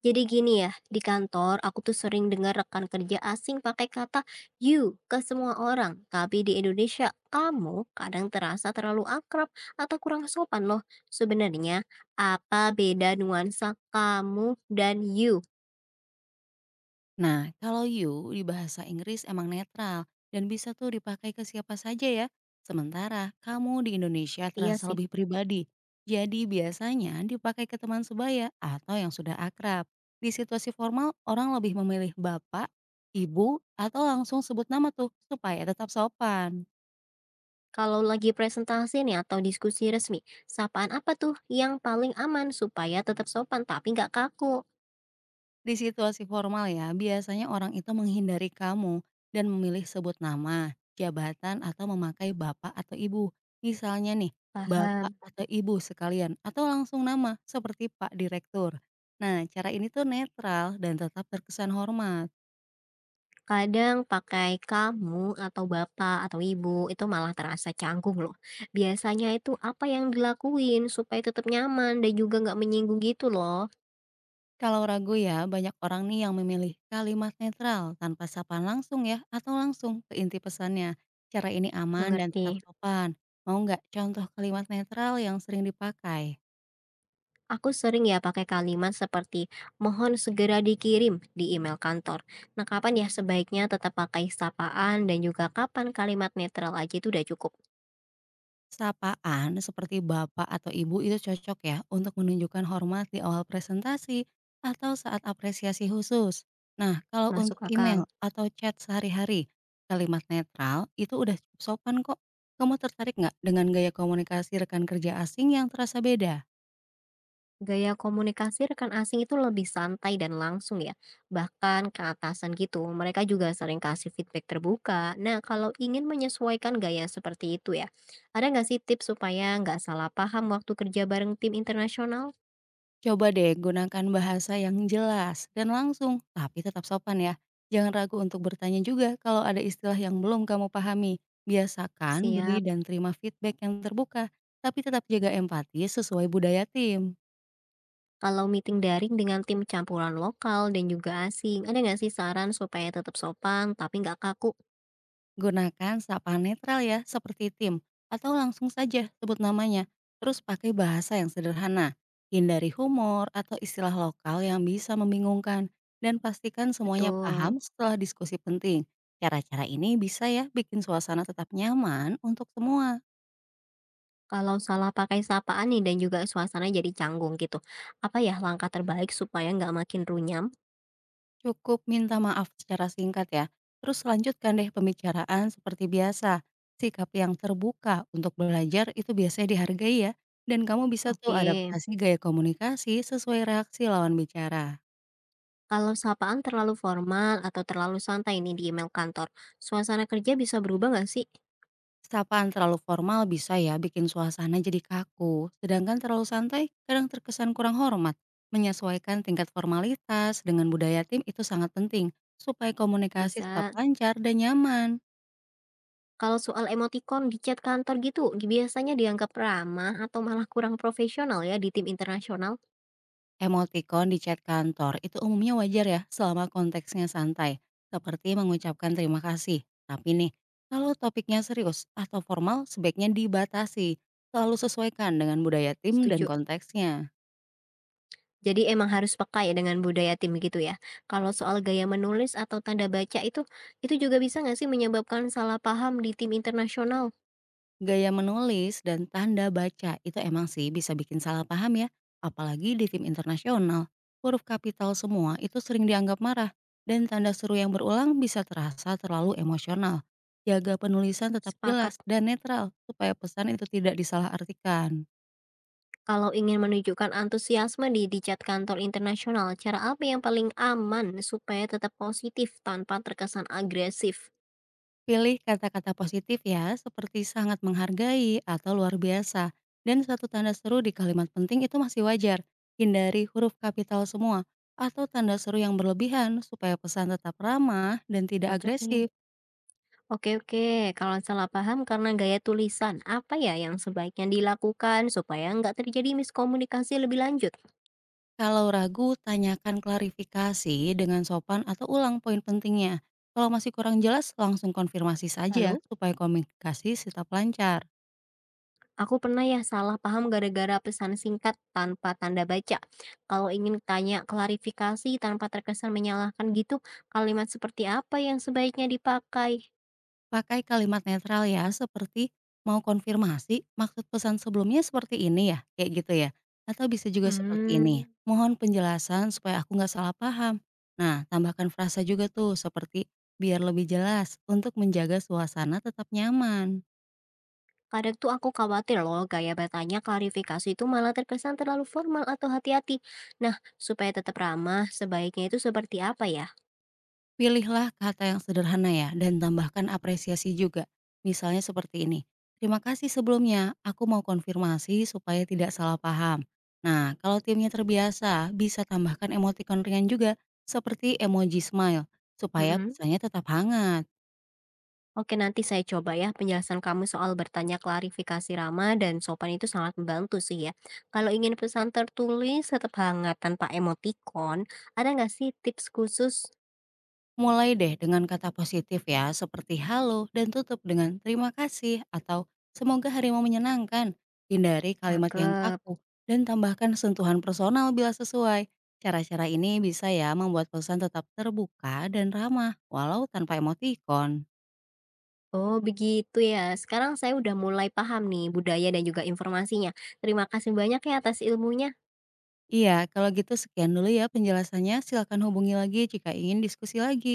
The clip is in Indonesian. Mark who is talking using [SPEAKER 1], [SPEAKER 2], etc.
[SPEAKER 1] Jadi gini ya, di kantor aku tuh sering dengar rekan kerja asing pakai kata you ke semua orang. Tapi di Indonesia, kamu kadang terasa terlalu akrab atau kurang sopan loh. Sebenarnya, apa beda nuansa kamu dan you?
[SPEAKER 2] Nah, kalau you di bahasa Inggris emang netral dan bisa tuh dipakai ke siapa saja ya. Sementara kamu di Indonesia
[SPEAKER 1] Iya
[SPEAKER 2] terasa
[SPEAKER 1] sih,
[SPEAKER 2] lebih pribadi. Jadi biasanya dipakai ke teman sebaya atau yang sudah akrab. Di situasi formal, orang lebih memilih bapak, ibu, atau langsung sebut nama tuh supaya tetap sopan.
[SPEAKER 1] kalau lagi presentasi nih atau diskusi resmi, sapaan apa tuh yang paling aman supaya tetap sopan tapi nggak kaku?
[SPEAKER 2] Di situasi formal ya, biasanya orang itu menghindari kamu dan memilih sebut nama, jabatan atau memakai bapak atau ibu. Misalnya nih, bapak
[SPEAKER 1] Paham.
[SPEAKER 2] atau ibu sekalian atau langsung nama seperti Pak Direktur. Nah, cara ini tuh netral dan tetap terkesan hormat.
[SPEAKER 1] Kadang pakai kamu atau bapak atau ibu itu malah terasa canggung loh. Biasanya itu apa yang dilakuin supaya tetap nyaman dan juga nggak menyinggung gitu loh.
[SPEAKER 2] Kalau ragu ya, banyak orang nih yang memilih kalimat netral tanpa sapaan langsung ya atau langsung ke inti pesannya. Cara ini aman dan tetap
[SPEAKER 1] Mengerti?
[SPEAKER 2] sopan. Mau nggak contoh kalimat netral yang sering dipakai?
[SPEAKER 1] Aku sering ya pakai kalimat seperti mohon segera dikirim di email kantor. Nah kapan ya sebaiknya tetap pakai sapaan dan juga kapan kalimat netral aja itu udah cukup.
[SPEAKER 2] Sapaan seperti Bapak atau Ibu itu cocok ya untuk menunjukkan hormat di awal presentasi atau saat apresiasi khusus. Nah, kalau untuk
[SPEAKER 1] Masuk
[SPEAKER 2] email
[SPEAKER 1] akal.
[SPEAKER 2] atau chat sehari-hari, kalimat netral itu udah cukup sopan kok. Kamu tertarik nggak dengan gaya komunikasi rekan kerja asing yang terasa beda?
[SPEAKER 1] Gaya komunikasi rekan asing itu lebih santai dan langsung ya, bahkan ke atasan gitu. Mereka juga sering kasih feedback terbuka. Nah, kalau ingin menyesuaikan gaya seperti itu ya, ada nggak sih tips supaya nggak salah paham waktu kerja bareng tim internasional?
[SPEAKER 2] Coba deh gunakan bahasa yang jelas dan langsung, tapi tetap sopan ya. Jangan ragu untuk bertanya juga kalau ada istilah yang belum kamu pahami. Biasakan beri
[SPEAKER 1] Siap.
[SPEAKER 2] dan terima feedback yang terbuka, tapi tetap jaga empati sesuai budaya tim.
[SPEAKER 1] Kalau meeting daring dengan tim campuran lokal dan juga asing, ada nggak sih saran supaya tetap sopan tapi nggak kaku?
[SPEAKER 2] Gunakan sapa netral ya, seperti tim, atau langsung saja sebut namanya. Terus pakai bahasa yang sederhana. Hindari humor atau istilah lokal yang bisa membingungkan. Dan pastikan semuanya paham
[SPEAKER 1] Betul.
[SPEAKER 2] setelah diskusi penting. Cara-cara ini bisa ya bikin suasana tetap nyaman untuk semua.
[SPEAKER 1] Kalau salah pakai sapaan nih dan juga suasana jadi canggung gitu. Apa ya langkah terbaik supaya nggak makin runyam?
[SPEAKER 2] Cukup minta maaf secara singkat ya. Terus lanjutkan deh pembicaraan seperti biasa. Sikap yang terbuka untuk belajar itu biasanya dihargai ya. Dan kamu bisa tuh
[SPEAKER 1] Oke,
[SPEAKER 2] adaptasi gaya komunikasi sesuai reaksi lawan bicara.
[SPEAKER 1] kalau sapaan terlalu formal atau terlalu santai nih di email kantor, suasana kerja bisa berubah nggak sih?
[SPEAKER 2] Sapaan terlalu formal bisa ya bikin suasana jadi kaku. Sedangkan terlalu santai kadang terkesan kurang hormat. Menyesuaikan tingkat formalitas dengan budaya tim itu sangat penting supaya komunikasi tetap
[SPEAKER 1] Bisa.
[SPEAKER 2] lancar dan nyaman.
[SPEAKER 1] Kalau soal emoticon di chat kantor gitu, biasanya dianggap ramah atau malah kurang profesional ya di tim internasional.
[SPEAKER 2] Emotikon di chat kantor itu umumnya wajar ya selama konteksnya santai, seperti mengucapkan terima kasih. Tapi nih, kalau topiknya serius atau formal sebaiknya dibatasi, selalu sesuaikan dengan budaya tim dan
[SPEAKER 1] Setuju.
[SPEAKER 2] konteksnya.
[SPEAKER 1] Jadi emang harus peka ya dengan budaya tim gitu ya. Kalau soal gaya menulis atau tanda baca itu juga bisa nggak sih menyebabkan salah paham di tim internasional?
[SPEAKER 2] Gaya menulis dan tanda baca itu emang sih bisa bikin salah paham ya, apalagi di tim internasional. Huruf kapital semua itu sering dianggap marah, dan tanda seru yang berulang bisa terasa terlalu emosional. Jaga penulisan tetap
[SPEAKER 1] Sepakat.
[SPEAKER 2] jelas dan netral, supaya pesan itu tidak disalahartikan.
[SPEAKER 1] Kalau ingin menunjukkan antusiasme di chat kantor internasional, cara apa yang paling aman supaya tetap positif tanpa terkesan agresif?
[SPEAKER 2] Pilih kata-kata positif ya, seperti sangat menghargai atau luar biasa. Dan suatu tanda seru di kalimat penting itu masih wajar. Hindari huruf kapital semua atau tanda seru yang berlebihan supaya pesan tetap ramah dan tidak
[SPEAKER 1] Cocok nih.
[SPEAKER 2] agresif.
[SPEAKER 1] Oke oke, kalau salah paham karena gaya tulisan, apa ya yang sebaiknya dilakukan supaya nggak terjadi miskomunikasi lebih lanjut?
[SPEAKER 2] Kalau ragu, tanyakan klarifikasi dengan sopan atau ulang poin pentingnya. Kalau masih kurang jelas, langsung konfirmasi saja
[SPEAKER 1] Lalu,
[SPEAKER 2] supaya komunikasi tetap lancar.
[SPEAKER 1] aku pernah ya salah paham gara-gara pesan singkat tanpa tanda baca. Kalau ingin tanya klarifikasi tanpa terkesan menyalahkan gitu, kalimat seperti apa yang sebaiknya dipakai?
[SPEAKER 2] Pakai kalimat netral ya, seperti, "Mau konfirmasi maksud pesan sebelumnya seperti ini ya?" Kayak gitu ya? Atau bisa juga seperti ini,
[SPEAKER 1] Hmm.
[SPEAKER 2] "Mohon penjelasan supaya aku nggak salah paham." Nah, tambahkan frasa juga tuh seperti, "Biar lebih jelas," untuk menjaga suasana tetap nyaman.
[SPEAKER 1] Kadang tuh aku khawatir loh gaya bertanya klarifikasi itu malah terkesan terlalu formal atau hati-hati. Nah, supaya tetap ramah, sebaiknya itu seperti apa ya?
[SPEAKER 2] Pilihlah kata yang sederhana ya, dan tambahkan apresiasi juga. Misalnya seperti ini, terima kasih sebelumnya, aku mau konfirmasi supaya tidak salah paham. Nah, kalau timnya terbiasa, bisa tambahkan emotikon ringan juga, seperti emoji smile, supaya
[SPEAKER 1] Mm-mm.
[SPEAKER 2] pesannya tetap hangat.
[SPEAKER 1] Oke, nanti saya coba ya penjelasan kamu soal bertanya klarifikasi ramah dan sopan itu sangat membantu sih ya. Kalau ingin pesan tertulis tetap hangat tanpa emotikon, ada nggak sih tips khusus?
[SPEAKER 2] Mulai deh dengan kata positif ya, seperti halo dan tutup dengan terima kasih atau semoga harimu menyenangkan. Hindari kalimat yang
[SPEAKER 1] Cakep.
[SPEAKER 2] kaku dan tambahkan sentuhan personal bila sesuai. Cara-cara ini bisa ya membuat pesan tetap terbuka dan ramah, walau tanpa emotikon.
[SPEAKER 1] Oh begitu ya. Sekarang saya udah mulai paham nih budaya dan juga informasinya. Terima kasih banyak ya atas ilmunya.
[SPEAKER 2] Iya, kalau gitu sekian dulu ya penjelasannya. Silakan hubungi lagi jika ingin diskusi lagi.